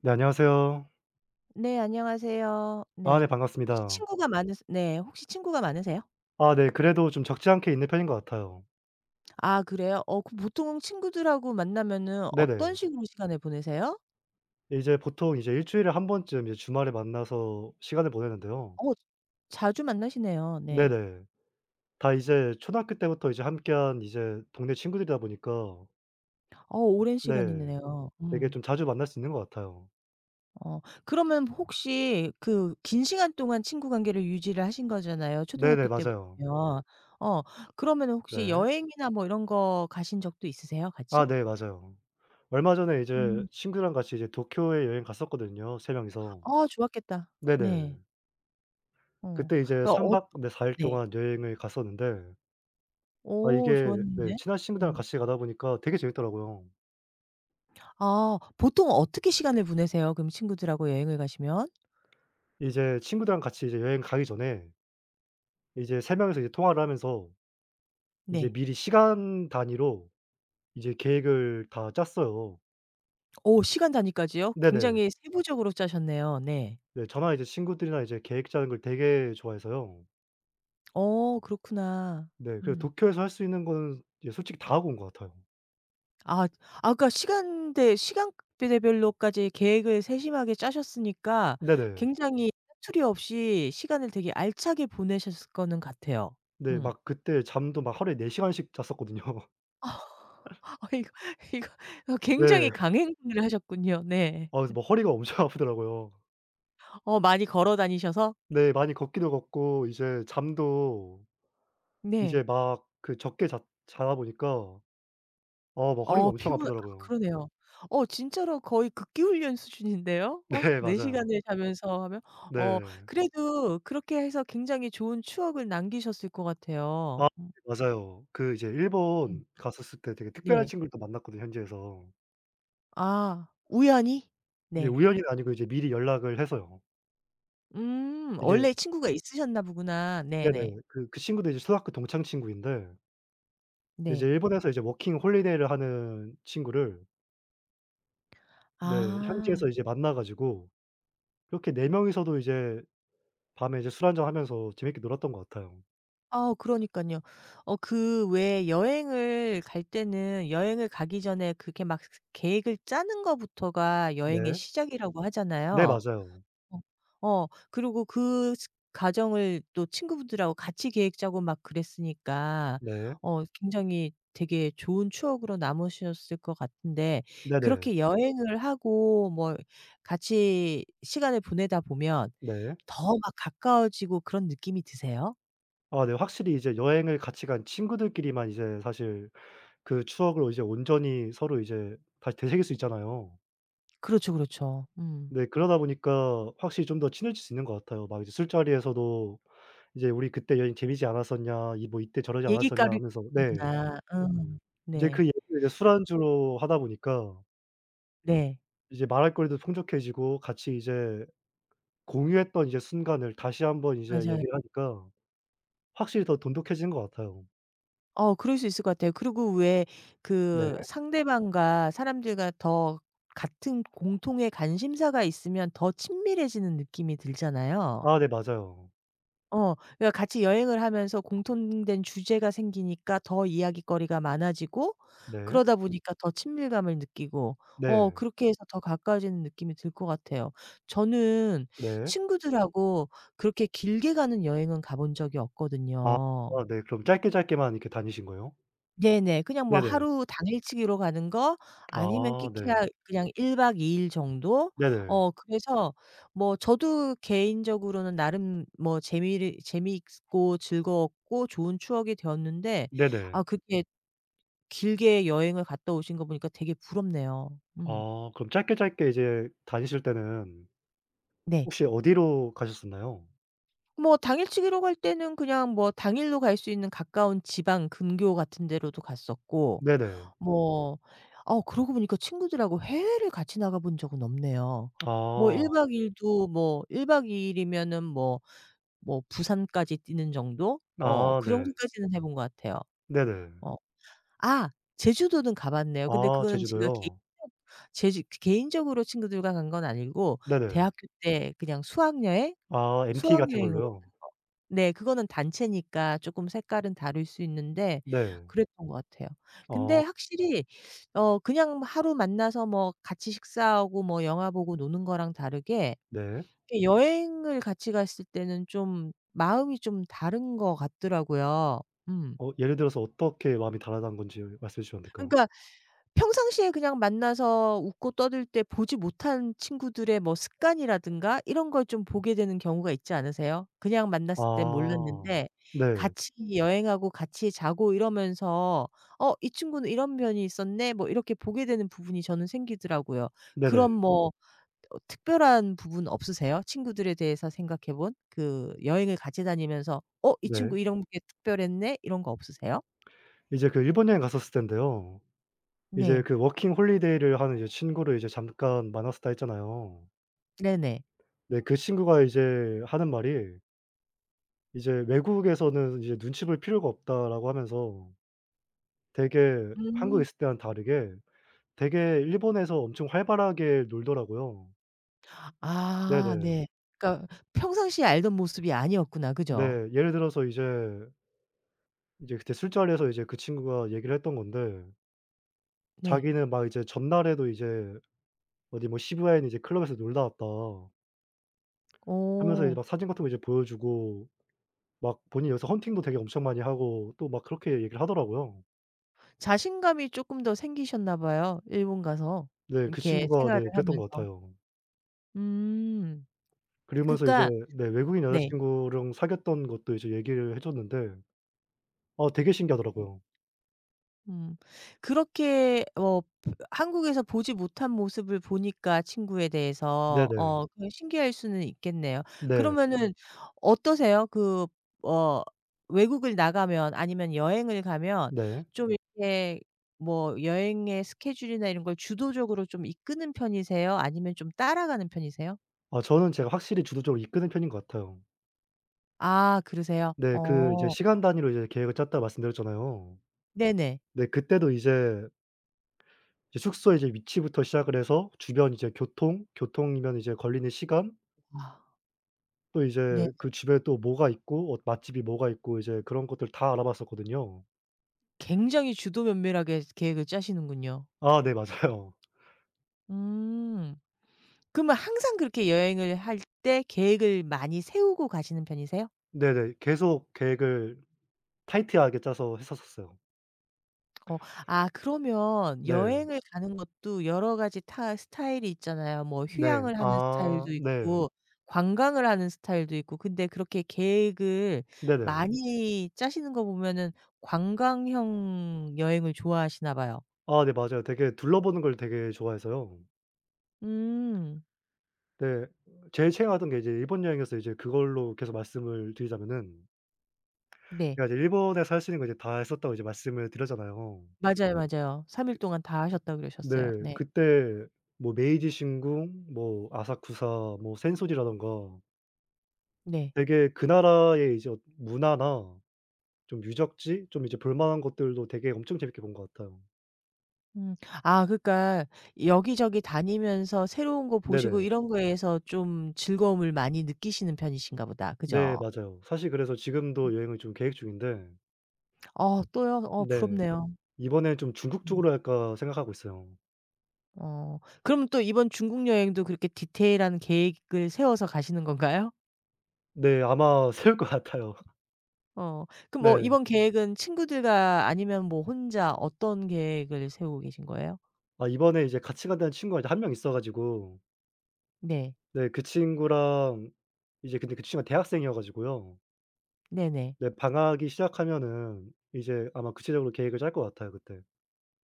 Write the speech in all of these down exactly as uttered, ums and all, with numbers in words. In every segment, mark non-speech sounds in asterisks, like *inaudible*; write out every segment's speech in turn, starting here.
네 안녕하세요. 네, 안녕하세요. 아 네 네. 혹시 반갑습니다. 친구가 많으세 네. 혹시 친구가 많으세요? 아 네 그래도 좀 적지 않게 있는 편인 것 같아요. 아, 그래요? 어 그 보통 친구들하고 만나면은 어떤 네네. 식으로 시간을 보내세요? 이제 보통 이제 일 주일에 한 번쯤 이제 주말에 만나서 시간을 보내는데요. 어. 자주 만나시네요. 네. 네네. 다 이제 초등학교 때부터 이제 함께한 이제 동네 친구들이다 보니까 어. 오랜 네 시간이네요. 되게 음. 좀 자주 만날 수 있는 것 같아요. 어. 그러면 혹시 그 긴 시간 동안 친구 관계를 유지를 하신 거잖아요, 네네 초등학교 때부터 맞아요. 요 어. 그러면 혹시 네. 여행이나 뭐 이런 거 가신 적도 있으세요, 아 같이? 네 맞아요. 얼마 전에 이제 음. 친구랑 같이 이제 도쿄에 여행 갔었거든요 세 명이서. 아, 좋았겠다. 네네. 네. 어. 그때 이제 어, 삼 어, 박 네 사 일 네. 동안 여행을 갔었는데 아 오, 이게 네 좋았는데. 친한 친구들이랑 음. 같이 가다 보니까 되게 재밌더라고요. 아, 보통 어떻게 시간을 보내세요? 그럼 친구들하고 여행을 가시면? 이제 친구들이랑 같이 이제 여행 가기 전에 이제 세 명이서 이제 통화를 하면서 이제 네. 미리 시간 단위로 이제 계획을 다 짰어요. 오, 시간 단위까지요? 네네. 굉장히 세부적으로 짜셨네요. 네. 네 저나 이제 친구들이랑 이제 계획 짜는 걸 되게 좋아해서요. 어, 그렇구나. 네 그래서 음. 도쿄에서 할 수 있는 거는 이제 솔직히 다 하고 온 것 같아요. 아. 아, 그러니까 시간대 시간대별로까지 계획을 세심하게 짜셨으니까 네네. 굉장히 사투리 없이 시간을 되게 알차게 보내셨을 거는 같아요. 네 음. 막 그때 잠도 막 하루에 네 시간씩 잤었거든요. *laughs* 아. *laughs* 이거 이거 어 굉장히 네. 강행군을 하셨군요. 네. 아 그래서 막 허리가 엄청 *laughs* 아프더라고요. 어, 많이 걸어 다니셔서? 네 많이 걷기도 걷고 이제 잠도 이제 네. 막 그 적게 자 자다 보니까 어 막 허리가 어 엄청 피곤 아, 아프더라고요. 그러네요. 어, 진짜로 거의 극기 훈련 수준인데요. *laughs* 어, 네 네 맞아요. 시간을 자면서 하면. 어, 네. 그래도 그렇게 해서 굉장히 좋은 추억을 남기셨을 것 같아요. 아 네 맞아요. 그 이제 음. 일본 갔었을 때 되게 특별한 네. 친구를 또 만났거든요 현지에서. 아, 우연히? 이게 네. 우연이 아니고 이제 미리 연락을 해서요. 음 이게 원래 친구가 있으셨나 보구나. 네네. 네네. 그 그 친구도 이제 초등학교 동창 친구인데 이제 네. 일본에서 이제 워킹 홀리데이를 하는 친구를 네 아. 현지에서 이제 만나 가지고 이렇게 네 명이서도 이제 밤에 이제 술 한잔 하면서 재밌게 놀았던 것 같아요. 아, 그러니까요. 어 그 왜 여행을 갈 때는 여행을 가기 전에 그게 막 계획을 짜는 거부터가 여행의 네. 시작이라고 네 하잖아요. 맞아요. 어. 어 그리고 그 스 과정을 또 친구분들하고 같이 계획 짜고 막 그랬으니까 네. 어, 굉장히 되게 좋은 추억으로 남으셨을 것 같은데 네네. 그렇게 여행을 하고 뭐 같이 시간을 보내다 보면 네. 더 막 가까워지고 그런 느낌이 드세요? 아 네. 확실히 이제 여행을 같이 간 친구들끼리만 이제 사실 그 추억을 이제 온전히 서로 이제 다시 되새길 수 있잖아요. 그렇죠, 그렇죠. 음. 네. 그러다 보니까 확실히 좀 더 친해질 수 있는 것 같아요. 막 이제 술자리에서도 이제 "우리 그때 여행 재밌지 않았었냐. 이 뭐 이때 저러지 얘기가 않았었냐." 리 하면서 네. 구나. 음. 이제 그 네. 얘기를 이제 술안주로 하다 보니까 네. 이제 말할 거리도 풍족해지고 같이 이제 공유했던 이제 순간을 다시 한번 이제 맞아요. 얘기를 하니까 확실히 더 돈독해지는 것 같아요. 어, 그럴 수 있을 것 같아요. 그리고 왜 네. 그 상대방과 사람들과 더 같은 공통의 관심사가 있으면 더 친밀해지는 느낌이 들잖아요. 아 네 맞아요. 어. 그러니까 같이 여행을 하면서 공통된 주제가 생기니까 더 이야깃거리가 많아지고 네. 그러다 보니까 더 친밀감을 느끼고 어, 네. 그렇게 해서 더 가까워지는 느낌이 들 것 같아요. 저는 네. 친구들하고 그렇게 길게 가는 여행은 가본 적이 아 없거든요. 아 네. 그럼 짧게 짧게만 이렇게 다니신 거예요? 네네. 그냥 뭐 네네. 하루 당일치기로 가는 거 아니면 아 끼케야 네. 그냥 일 박 이 일 정도? 네네. 어, 그래서 뭐 저도 개인적으로는 나름 뭐 재미를 재미있고 즐거웠고 좋은 추억이 되었는데 네네. 아, 그렇게 길게 여행을 갔다 오신 거 보니까 되게 부럽네요. 음. 아 그럼 짧게 짧게 이제 다니실 때는 네. 혹시 어디로 가셨었나요? 뭐 당일치기로 갈 때는 그냥 뭐 당일로 갈 수 있는 가까운 지방 근교 같은 데로도 갔었고 네네. 뭐 어, 그러고 보니까 친구들하고 해외를 같이 나가본 적은 없네요. 뭐 일 아. 박 이 일도 뭐 일박 이 일이면은 뭐 뭐 부산까지 뛰는 정도? 어, 아 그 네. 정도까지는 해본 것 같아요. 네네. 어. 아, 제주도는 가 봤네요. 근데 아 그거는 제가 개인적 제주도요? 제주 개인적으로 친구들과 간건 아니고 네네. 대학교 때 그냥 수학여행? 아 엠티 같은 수학여행으로 걸로요? 간 거. 네. 그거는 단체니까 쪼끔 색깔은 다를 수 있는데 네. 그랬던 것 같아요. 근데 아 확실히 어, 그냥 하루 만나서 뭐 같이 식사하고 뭐 영화 보고 노는 거랑 다르게 네. 이렇게 여행을 같이 갔을 때는 좀 마음이 좀 다른 것 같더라고요. 음. 어 예를 들어서 어떻게 마음이 달아난 건지 말씀해 주시면 안 될까요? 그러니까 평상시에 그냥 만나서 웃고 떠들 때 보지 못한 친구들의 뭐 습관이라든가 이런 걸 좀 보게 되는 경우가 있지 않으세요? 그냥 만났을 땐 아. 몰랐는데 네. 같이 여행하고 같이 자고 이러면서 '어, 이 친구는 이런 면이 있었네.' 뭐 이렇게 보게 되는 부분이 저는 생기더라고요. 네네. 그런 뭐 어, 특별한 부분 없으세요? 친구들에 대해서 생각해 본? 그 여행을 같이 다니면서 '어, 이 네. 친구 이런 게 특별했네.' 이런 거 없으세요? 이제 그 일본 여행 갔었을 땐데요. 이제 네. 그 워킹 홀리데이를 하는 이제 친구를 이제 잠깐 만났었다 했잖아요. 네네. 네 그 친구가 이제 하는 말이 이제 "외국에서는 이제 눈치 볼 필요가 없다."라고 하면서 되게 한국에 음. 있을 때와는 다르게 되게 일본에서 엄청 활발하게 놀더라고요. 아, 네네. 네. 그러니까 평상시에 알던 모습이 아니었구나, 네. 그죠? 예를 들어서 이제 이제 그때 술자리에서 이제 그 친구가 얘기를 했던 건데 네. 자기는 막 이제 전날에도 이제 어디 뭐 시부야에 있는 이제 클럽에서 놀다 왔다 하면서 이제 어. 막 사진 같은 거 이제 보여주고 막 본인이 여기서 헌팅도 되게 엄청 많이 하고 또 막 그렇게 얘기를 하더라고요. 자신감이 쪼끔 더 생기셨나 봐요, 일본 가서 네 그 이렇게 친구가 생활을 네 그랬던 것 하면서. 같아요. 음. 그러면서 이제 그러니까. 네 외국인 네. 여자친구랑 사귀었던 것도 이제 얘기를 해 줬는데 어 되게 네. 신기하더라고요. 음. 그렇게 어, 한국에서 보지 못한 모습을 보니까 친구에 대해서 네네. 어, 그냥 신기할 수는 있겠네요. 네. 네. 그러면은 어떠세요? 그 어 외국을 나가면 아니면 여행을 가면 네. 좀. 네. 이렇게 뭐 여행의 스케줄이나 이런 걸 주도적으로 좀 이끄는 편이세요? 아니면 좀 따라가는 편이세요? 아 저는 제가 확실히 주도적으로 이끄는 편인 것 같아요. 아, 그러세요? 네 그 이제 어. 시간 단위로 이제 계획을 짰다 말씀드렸잖아요. 네네. 네 그때도 이제 이제 숙소의 이제 위치부터 시작을 해서 주변 이제 교통, 교통이면 이제 걸리는 시간 아, 또 네. 이제 그 집에 또 뭐가 있고 어 맛집이 뭐가 있고 이제 그런 것들 다 알아봤었거든요. 굉장히 주도면밀하게 계획을 짜시는군요. 아 네 *laughs* 맞아요. 음. 그러면 항상 그렇게 여행을 할 때 계획을 많이 세우고 가시는 편이세요? 네네. 계속 계획을 타이트하게 짜서 했었었어요. 어. 아, 그러면 네. 여행을 가는 것도 여러 가지 타 스타일이 있잖아요. 뭐 네. 휴양을 하는 아 스타일도 네. 있고 관광을 하는 스타일도 있고. 근데 그렇게 계획을 네네. 많이 짜시는 거 보면은 관광형 여행을 좋아하시나 봐요. 아 네 맞아요. 되게 둘러보는 걸 되게 좋아해서요. 음. 네. 제일 최애하던 게 이제 일본 여행이어서 이제 그걸로 계속 말씀을 드리자면은 네. 제가 이제 일본에서 할 수 있는 거 이제 다 했었다고 이제 말씀을 드렸잖아요. 맞아요, 맞아요. 삼 일 동안 다 하셨다고 그러셨어요. 네. 네. 그때 뭐 메이지 신궁 뭐 아사쿠사 뭐 센소지라든가 네. 되게 그 나라의 이제 어 문화나 좀 유적지 좀 이제 볼 만한 것들도 되게 엄청 재밌게 본 것 같아요. 음. 아, 그러니까 여기저기 다니면서 새로운 거 보시고 네네. 이런 거에서 좀 즐거움을 많이 느끼시는 편이신가 보다, 네 그죠? 맞아요. 사실 그래서 음. 지금도 여행을 좀 계획 중인데 어, 또요? 어, 네 부럽네요. 이번엔 좀 '중국 음. 쪽으로 할까.' 생각하고 있어요. 어. 그럼 또 이번 중국 여행도 그렇게 디테일한 계획을 세워서 가시는 건가요? 네 아마 *laughs* 세울 것 같아요. 어. 그럼 뭐 네. 이번 계획은 친구들과 아니면 뭐 혼자 어떤 계획을 세우고 계신 거예요? 아 이번에 이제 같이 간다는 친구가 이제 한 명 있어 가지고 네. 네 그 친구랑 이제 근데 그 친구가 대학생이어 가지고요. 네네. 네 방학이 시작하면은 이제 아마 구체적으로 계획을 짤 것 같아요 그때.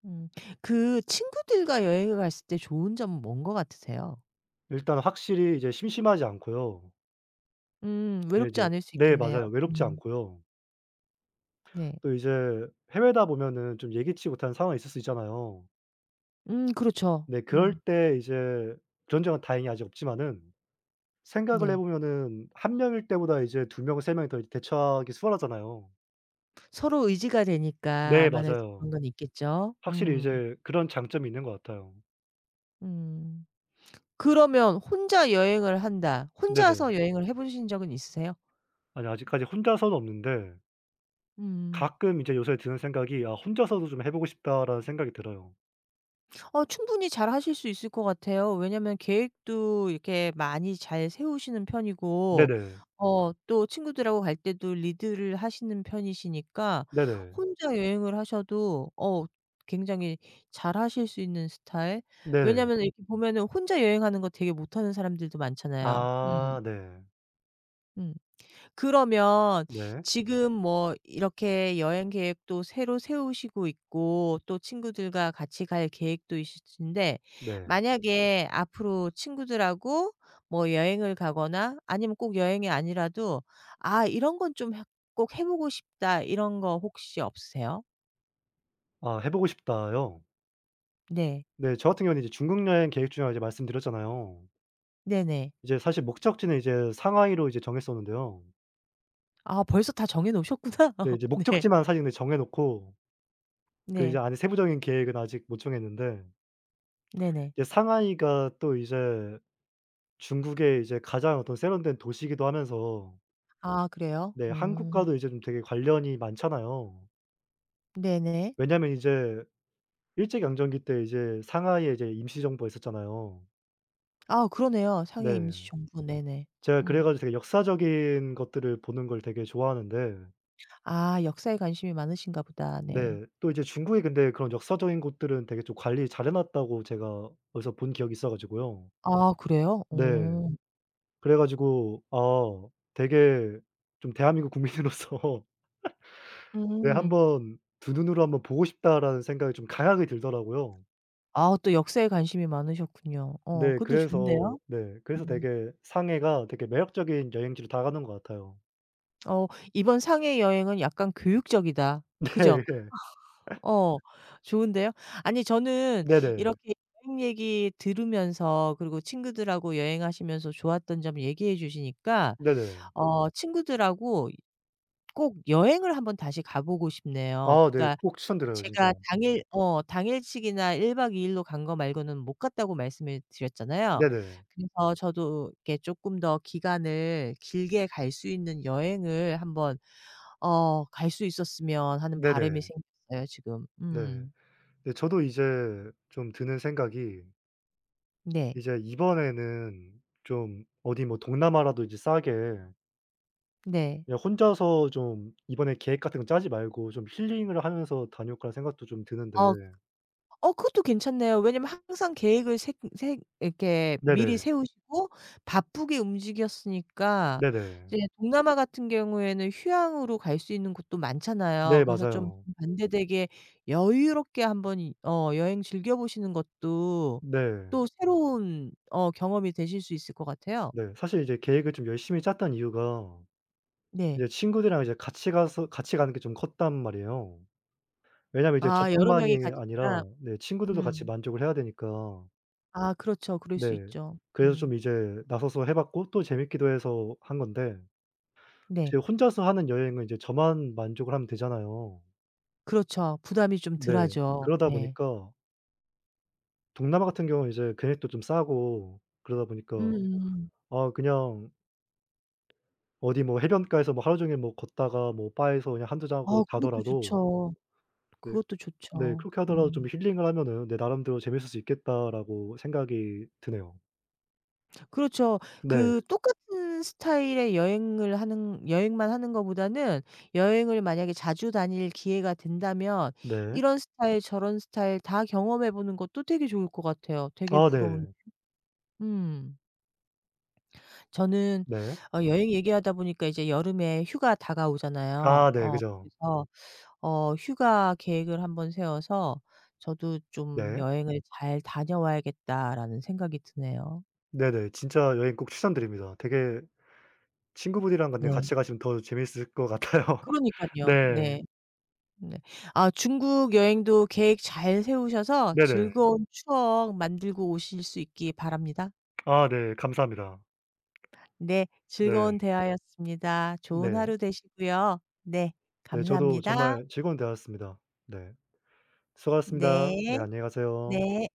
음. 그 친구들과 여행을 갔을 때 좋은 점은 뭔 것 같으세요? 일단 확실히 이제 심심하지 않고요. 음, 네 외롭지 이제 않을 수 네 있겠네요. 맞아요. 외롭지 음. 않고요. 네. 또 이제 해외다 보면은 좀 예기치 못한 상황이 있을 수 있잖아요. 음, 그렇죠. 네 그럴 음. 때 이제 그런 적은 다행히 아직 없지만은 생각을 해 네. 보면은 한 명일 때보다 이제 두 명, 세 명이 더 대처하기 수월하잖아요. 서로 의지가 되니까 네 아마도 그런 맞아요. 건 있겠죠. 확실히 음. 이제 그런 장점이 있는 것 같아요. 음. 그러면 혼자 여행을 한다. 네네. 혼자서 여행을 해 보신 적은 있으세요? 아니 아직까지 혼자서는 없는데 음. 가끔 이제 요새 드는 생각이 '아 혼자서도 좀 해 보고 싶다.'라는 생각이 들어요. 어, 충분히 잘하실 수 있을 것 같아요. 왜냐면 계획도 이렇게 많이 잘 세우시는 편이고 네네. 어, 또 친구들하고 갈 때도 리드를 하시는 편이시니까 네네. 혼자 여행을 하셔도 어, 굉장히 잘하실 수 있는 스타일? 네네. 왜냐면 이렇게 보면은 혼자 여행하는 거 되게 못하는 사람들도 많잖아요. 음. 아 네. 음. 그러면 네. 지금 뭐 이렇게 여행 계획도 새로 세우시고 있고 또 친구들과 같이 갈 계획도 있으신데 네. 만약에 앞으로 친구들하고 뭐 여행을 가거나 아니면 꼭 여행이 아니라도 '아, 이런 건 좀 꼭 해 보고 싶다.' 이런 거 혹시 없으세요? 아 "해 보고 싶다."요? 네. 네 저 같은 경우는 이제 중국 여행 계획 중이라고 이제 말씀드렸잖아요. 네네. 이제 사실 목적지는 이제 상하이로 이제 정했었는데요. 아, 벌써 다 정해 놓으셨구나. 네 *laughs* 이제 네. 목적지만 사실 근데 정해 놓고 그 이제 네. 안에 세부적인 계획은 아직 못 정했는데 네네. 이제 상하이가 또 이제 중국의 이제 가장 어떤 세련된 도시이기도 하면서 아, 그래요? 네 음. 한국과도 이제 좀 되게 관련이 많잖아요. 네네. 왜냐하면 이제 일제강점기 때 이제 상하이에 이제 임시정부가 있었잖아요. 아, 그러네요. 상해 임시 네. 정부. 네네. 제가 그래 음. 가지고 되게 역사적인 것들을 보는 걸 되게 좋아하는데 아, 역사에 관심이 많으신가 보다. 네. 네 또 이제 중국이 근데 그런 역사적인 곳들은 되게 좀 관리 잘해 놨다고 제가 어디서 본 기억이 있어 가지고요. 아, 그래요? 네. 어. 그래 가지고 아 되게 좀 '대한민국 국민으로서 *laughs* 네 음. 한번 두 눈으로 한번 보고 싶다.'라는 생각이 좀 강하게 들더라고요. 아, 또 역사에 관심이 많으셨군요. 어, 네 그것도 그래서 좋은데요. 네 그래서 음. 되게 상해가 되게 매력적인 여행지로 다가가는 것 같아요. 어, 이번 상해 여행은 약간 교육적이다, *laughs* 그죠? 네. 어, 좋은데요. 아니 저는 네, 네네. 이렇게 여행 얘기 들으면서 그리고 친구들하고 여행하시면서 좋았던 점 얘기해 주시니까 네네. 어, 친구들하고 꼭 여행을 한번 다시 가 보고 싶네요. 아 네. 그러니까 꼭 추천드려요 진짜. 제가 당일 어 당일치기나 일 박 이 일로 간 거 말고는 못 갔다고 말씀을 드렸잖아요. 네네. 그래서 저도 이렇게 쪼끔 더 기간을 길게 갈 수 있는 여행을 한번 어, 갈 수 있었으면 하는 바람이 네네. 생겼어요 지금. 네. 음. 네 저도 이제 좀 드는 생각이 네. 이제 이번에는 좀 어디 뭐 동남아라도 이제 싸게 네. 그냥 혼자서 좀 이번에 계획 같은 거 짜지 말고 좀 힐링을 하면서 다녀올까 생각도 좀 드는데 어. 어, 그것도 괜찮네요. 왜냐면 항상 계획을 세 세 이렇게 미리 네네. 세우시고 바쁘게 움직였으니까 네네. 이제 동남아 같은 경우에는 휴양으로 갈 수 있는 곳도 많잖아요. 네 그래서 좀 맞아요. 반대되게 여유롭게 한번 이 어, 여행 즐겨 보시는 것도 네. 또 새로운 어, 경험이 되실 수 있을 것 같아요. 네. 사실 이제 계획을 좀 열심히 짰던 이유가 네. 이제 친구들이랑 이제 같이 가서 같이 가는 게 좀 컸단 말이에요. 왜냐면 이제 아, 여러 저뿐만이 명이 아니라 가니까. 네 친구들도 같이 음. 만족을 해야 되니까 아, 그렇죠. 그럴 수 네. 있죠. 그래서 좀 음. 이제 나서서 해 봤고 또 재밌기도 해서 한 건데 네. 이제 혼자서 하는 여행은 이제 저만 만족을 하면 되잖아요. 그렇죠. 부담이 좀 네. 덜하죠. 그러다 네. 보니까 동남아 같은 경우는 이제 금액도 좀 싸고 그러다 보니까 음음. 아 그냥 어디 뭐 해변가에서 뭐 하루 종일 뭐 걷다가 뭐 바에서 그냥 한두 잔 하고 어, 그것도 자더라도 좋죠. 네 그것도 네 좋죠. 그렇게 하더라도 좀 음. 힐링을 하면은 '내 나름대로 재밌을 수 있겠다.'라고 생각이 드네요. 그렇죠. 네. 그 똑같은 스타일의 여행을 하는 여행만 하는 것보다는 여행을 만약에 자주 다닐 기회가 된다면 네. 이런 스타일 저런 스타일 다 경험해 보는 것도 되게 좋을 것 같아요. 되게 아 부러운. 네. 음. 저는 네. 어, 여행 얘기하다 보니까 이제 여름에 휴가 다가오잖아요. 아 네. 어, 그죠. 그래서 어, 휴가 계획을 한번 세워서 저도 좀 네. '여행을 잘 다녀와야겠다.'라는 생각이 드네요. 네네. 진짜 여행 꼭 추천드립니다. 되게 친구분이랑 근데 네. 같이 가시면 더 재미있을 것 같아요. *laughs* 그러니깐요. 네. 네. 네. 아, 중국 여행도 계획 잘 세우셔서 네네. 즐거운 추억 만들고 오실 수 있기 바랍니다. 아 네. 감사합니다. 네. 즐거운 네. 대화였습니다. 좋은 네. 하루 되시고요. 네. 네 저도 감사합니다. 정말 즐거운 대화였습니다. 네. 수고하셨습니다. 네. 네 안녕히 가세요. 네.